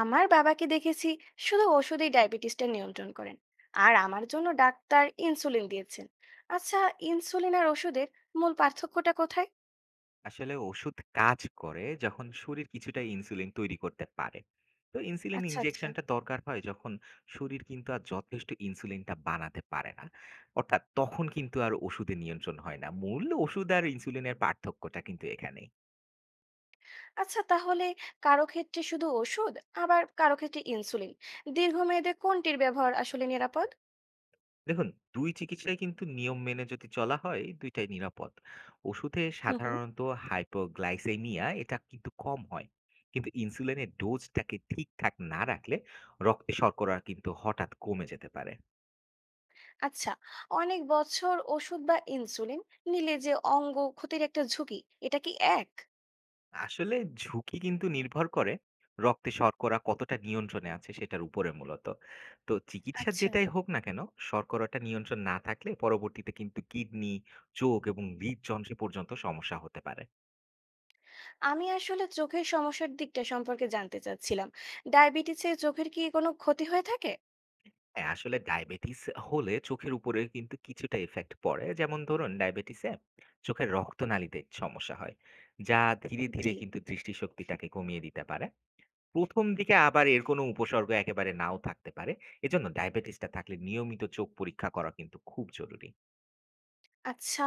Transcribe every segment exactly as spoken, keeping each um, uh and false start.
আমার বাবাকে দেখেছি শুধু ওষুধেই ডায়াবেটিসটা নিয়ন্ত্রণ করেন। আর আমার জন্য ডাক্তার ইনসুলিন দিয়েছেন। আচ্ছা, ইনসুলিন আর ওষুধের মূল পার্থক্যটা কোথায়? আসলে ওষুধ কাজ করে যখন শরীর কিছুটা ইনসুলিন তৈরি করতে পারে। তো ইনসুলিন আচ্ছা আচ্ছা। ইনজেকশনটা দরকার হয় যখন শরীর কিন্তু আর যথেষ্ট ইনসুলিনটা বানাতে পারে না। অর্থাৎ তখন কিন্তু আর ওষুধে নিয়ন্ত্রণ হয় না। মূল ওষুধ আর ইনসুলিনের পার্থক্যটা কিন্তু এখানেই। আচ্ছা তাহলে কারো ক্ষেত্রে শুধু ওষুধ, আবার কারো ক্ষেত্রে ইনসুলিন, দীর্ঘমেয়াদে কোনটির ব্যবহার আসলে নিরাপদ? দেখুন, দুই চিকিৎসায় কিন্তু নিয়ম মেনে যদি চলা হয় দুই টাই নিরাপদ। ওষুধে হুম হুম। সাধারণত hypoglycemia এটা কিন্তু কম হয়। কিন্তু ইনসুলিনের ডোজটাকে ঠিকঠাক না রাখলে রক্তে শর্করা কিন্তু হঠাৎ কমে যেতে পারে। আচ্ছা, অনেক বছর ওষুধ বা ইনসুলিন নিলে যে অঙ্গ ক্ষতির একটা ঝুঁকি, এটা কি এক? আসলে ঝুঁকি কিন্তু নির্ভর করে রক্তে শর্করা কতটা নিয়ন্ত্রণে আছে সেটার উপরে মূলত। তো চিকিৎসা আচ্ছা, যেটাই হোক না কেন, শর্করাটা নিয়ন্ত্রণ না থাকলে পরবর্তীতে কিন্তু কিডনি, চোখ এবং হৃদযন্ত্রে পর্যন্ত সমস্যা হতে পারে। আমি আসলে চোখের সমস্যার দিকটা সম্পর্কে জানতে চাচ্ছিলাম। ডায়াবেটিসে চোখের কি কোনো ক্ষতি হয়ে থাকে? হ্যাঁ, আসলে ডায়াবেটিস হলে চোখের উপরে কিন্তু কিছুটা এফেক্ট পড়ে। যেমন ধরুন, ডায়াবেটিসে চোখের রক্তনালীতে সমস্যা হয়, যা ধীরে ধীরে জি। কিন্তু দৃষ্টিশক্তিটাকে কমিয়ে দিতে পারে। প্রথম দিকে আবার এর কোনো উপসর্গ একেবারে নাও থাকতে পারে। এজন্য ডায়াবেটিসটা থাকলে নিয়মিত চোখ পরীক্ষা করা কিন্তু খুব জরুরি। আচ্ছা,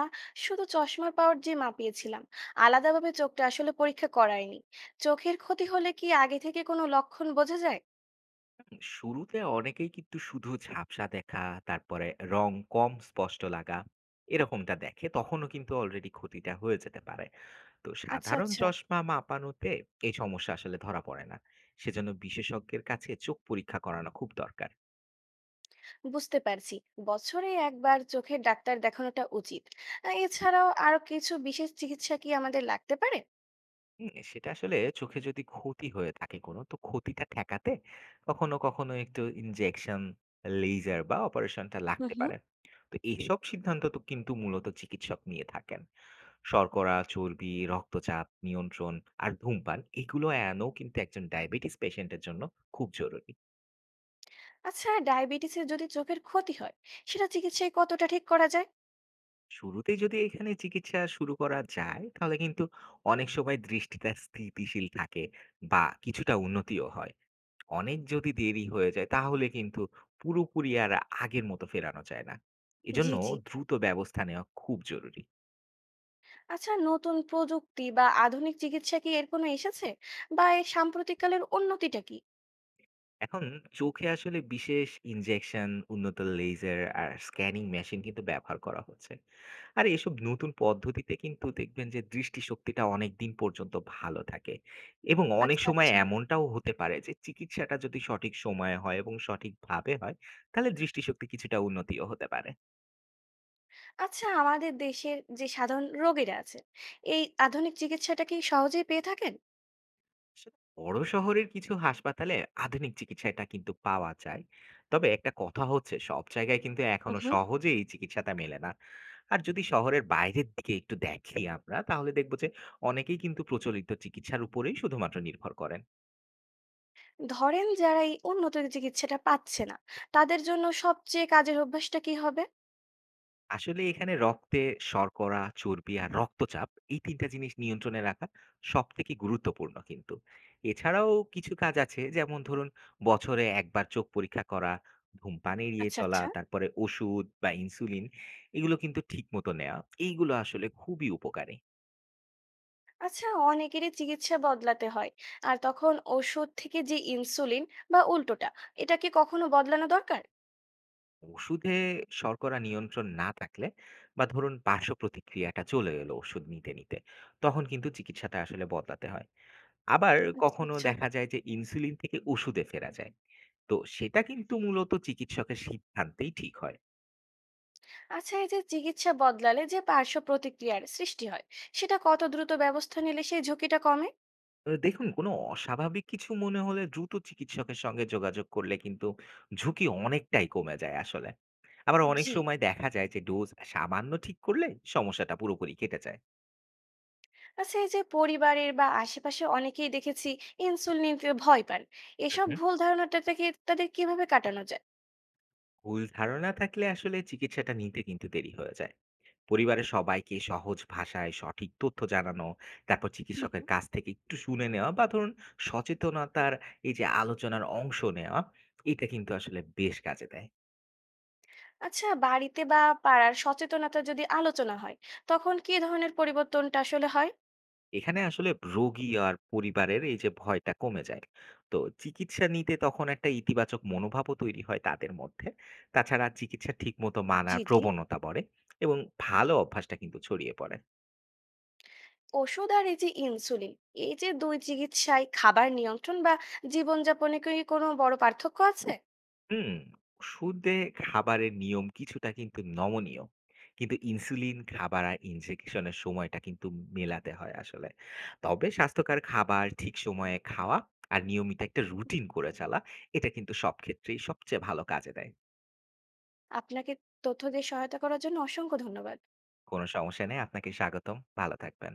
শুধু চশমা পাওয়ার যে মাপিয়েছিলাম, আলাদাভাবে চোখটা আসলে পরীক্ষা করায়নি। চোখের ক্ষতি হলে কি আগে থেকে কোনো লক্ষণ বোঝা যায়? উম শুরুতে অনেকেই কিন্তু শুধু ঝাপসা দেখা, তারপরে রং কম স্পষ্ট লাগা, এরকমটা দেখে, তখনও কিন্তু অলরেডি ক্ষতিটা হয়ে যেতে পারে। তো আচ্ছা সাধারণ আচ্ছা। চশমা মাপানোতে এই সমস্যা আসলে ধরা পড়ে না। সেজন্য বিশেষজ্ঞের কাছে চোখ পরীক্ষা করানো খুব দরকার। বুঝতে পারছি, বছরে একবার চোখের ডাক্তার দেখানোটা উচিত। আহ, এছাড়াও আরো কিছু বিশেষ চিকিৎসা কি আমাদের লাগতে পারে? উম সেটা আসলে চোখে যদি ক্ষতি হয়ে থাকে কোনো, তো ক্ষতিটা ঠেকাতে কখনো, কখনো একটু ইনজেকশন, লেজার বা অপারেশনটা হুম লাগতে হুম। পারে। তো এইসব সিদ্ধান্ত তো কিন্তু মূলত চিকিৎসক নিয়ে থাকেন। শর্করা, চর্বি, রক্তচাপ নিয়ন্ত্রণ আর ধূমপান এগুলো এড়ানোও কিন্তু একজন ডায়াবেটিস পেশেন্টের জন্য খুব জরুরি। আচ্ছা, ডায়াবেটিসে যদি চোখের ক্ষতি হয়, সেটা চিকিৎসায় কতটা ঠিক করা যায়? শুরুতেই যদি এখানে চিকিৎসা শুরু করা যায়, তাহলে কিন্তু অনেক সময় দৃষ্টিটা স্থিতিশীল থাকে বা কিছুটা উন্নতিও হয়। অনেক যদি দেরি হয়ে যায় তাহলে কিন্তু পুরোপুরি আর আগের মতো ফেরানো যায় না। এজন্য জি জি। দ্রুত ব্যবস্থা নেওয়া খুব জরুরি। আচ্ছা, নতুন প্রযুক্তি বা আধুনিক চিকিৎসা কি এর কোনো এসেছে, বা এর সাম্প্রতিককালের উন্নতিটা কি? এখন চোখে আসলে বিশেষ ইনজেকশন, উন্নত লেজার আর স্ক্যানিং মেশিন কিন্তু ব্যবহার করা হচ্ছে। আর এসব নতুন পদ্ধতিতে কিন্তু দেখবেন যে দৃষ্টিশক্তিটা অনেকদিন পর্যন্ত ভালো থাকে। এবং অনেক আচ্ছা, সময় আচ্ছা। এমনটাও হতে পারে যে চিকিৎসাটা যদি সঠিক সময়ে হয় এবং সঠিকভাবে হয়, তাহলে দৃষ্টিশক্তি কিছুটা উন্নতিও হতে পারে। আচ্ছা, আমাদের দেশের যে সাধারণ রোগীরা আছে, এই আধুনিক চিকিৎসাটা কি সহজেই পেয়ে থাকেন? আসলে বড় শহরের কিছু হাসপাতালে আধুনিক চিকিৎসাটা কিন্তু পাওয়া যায়। তবে একটা কথা হচ্ছে, সব জায়গায় কিন্তু হুম, এখনো হুম। সহজে এই চিকিৎসাটা মেলে না। আর যদি শহরের বাইরের দিকে একটু দেখি আমরা, তাহলে দেখবো যে অনেকেই কিন্তু প্রচলিত চিকিৎসার উপরেই শুধুমাত্র নির্ভর করেন। ধরেন যারা এই উন্নত চিকিৎসাটা পাচ্ছে না, তাদের জন্য সবচেয়ে কাজের অভ্যাসটা কি হবে? আসলে এখানে রক্তে শর্করা, চর্বি আর রক্তচাপ, এই তিন টা জিনিস নিয়ন্ত্রণে রাখা সবথেকে গুরুত্বপূর্ণ কিন্তু। এছাড়াও কিছু কাজ আছে, যেমন ধরুন বছরে এক বার চোখ পরীক্ষা করা, ধূমপান এড়িয়ে আচ্ছা, চলা, আচ্ছা। তারপরে ওষুধ বা ইনসুলিন এগুলো কিন্তু ঠিকমতো নেওয়া। এইগুলো আসলে খুবই উপকারী। আচ্ছা, অনেকেরই চিকিৎসা বদলাতে হয়। আর তখন ওষুধ থেকে যে ইনসুলিন বা উল্টোটা, এটা কি কখনো বদলানো দরকার? ওষুধে শর্করা নিয়ন্ত্রণ না থাকলে বা ধরুন পার্শ্বপ্রতিক্রিয়াটা চলে এলো ওষুধ নিতে, নিতে, তখন কিন্তু চিকিৎসাটা আসলে বদলাতে হয়। আবার আচ্ছা, কখনো আচ্ছা। দেখা যায় যে ইনসুলিন থেকে ওষুধে ফেরা যায়। তো সেটা কিন্তু মূলত চিকিৎসকের সিদ্ধান্তেই ঠিক হয়। আচ্ছা, এই যে চিকিৎসা বদলালে যে পার্শ্ব প্রতিক্রিয়ার সৃষ্টি হয়, সেটা কত দ্রুত ব্যবস্থা নিলে সেই ঝুঁকিটা কমে? তো দেখুন, কোনো অস্বাভাবিক কিছু মনে হলে দ্রুত চিকিৎসকের সঙ্গে যোগাযোগ করলে কিন্তু ঝুঁকি অনেকটাই কমে যায় আসলে। আবার অনেক জি। সময় দেখা যায় যে ডোজ সামান্য ঠিক করলে সমস্যাটা পুরোপুরি কেটে যায়। আচ্ছা, এই যে পরিবারের বা আশেপাশে অনেকেই দেখেছি ইনসুলিন নিতে ভয় পান, হুম এসব হুম। ভুল ধারণাটা থেকে তাদের কিভাবে কাটানো যায়? ভুল ধারণা থাকলে আসলে চিকিৎসাটা নিতে কিন্তু দেরি হয়ে যায়। পরিবারের সবাইকে সহজ ভাষায় সঠিক তথ্য জানানো, তারপর হুম। চিকিৎসকের কাছ থেকে একটু শুনে নেওয়া বা ধরুন সচেতনতার এই যে আলোচনার অংশ নেওয়া, এটা কিন্তু আসলে বেশ কাজে দেয়। আচ্ছা, বাড়িতে বা পাড়ার সচেতনতা যদি আলোচনা হয়, তখন কি ধরনের পরিবর্তনটা আসলে হয়? এখানে আসলে রোগী আর পরিবারের এই যে ভয়টা কমে যায়। তো চিকিৎসা নিতে তখন একটা ইতিবাচক মনোভাবও তৈরি হয় তাদের মধ্যে। তাছাড়া চিকিৎসা ঠিকমতো মানার জি জি। প্রবণতা বাড়ে এবং ভালো অভ্যাসটা কিন্তু ছড়িয়ে পড়ে। ওষুধ আর এই যে ইনসুলিন, এই যে দুই চিকিৎসায় খাবার নিয়ন্ত্রণ বা জীবনযাপনে কি কোনো বড় পার্থক্য আছে? হুম। ওষুধে খাবারের নিয়ম কিছুটা কিন্তু নমনীয়। কিন্তু ইনসুলিন, খাবার আর ইনজেকশনের সময়টা কিন্তু মেলাতে হয় আসলে। তবে স্বাস্থ্যকর খাবার ঠিক সময়ে খাওয়া আর নিয়মিত একটা রুটিন করে চলা, এটা কিন্তু সব ক্ষেত্রেই সবচেয়ে ভালো কাজে দেয়। আপনাকে তথ্য দিয়ে সহায়তা করার জন্য অসংখ্য ধন্যবাদ। কোনো সমস্যা নেই, আপনাকে স্বাগতম। ভালো থাকবেন।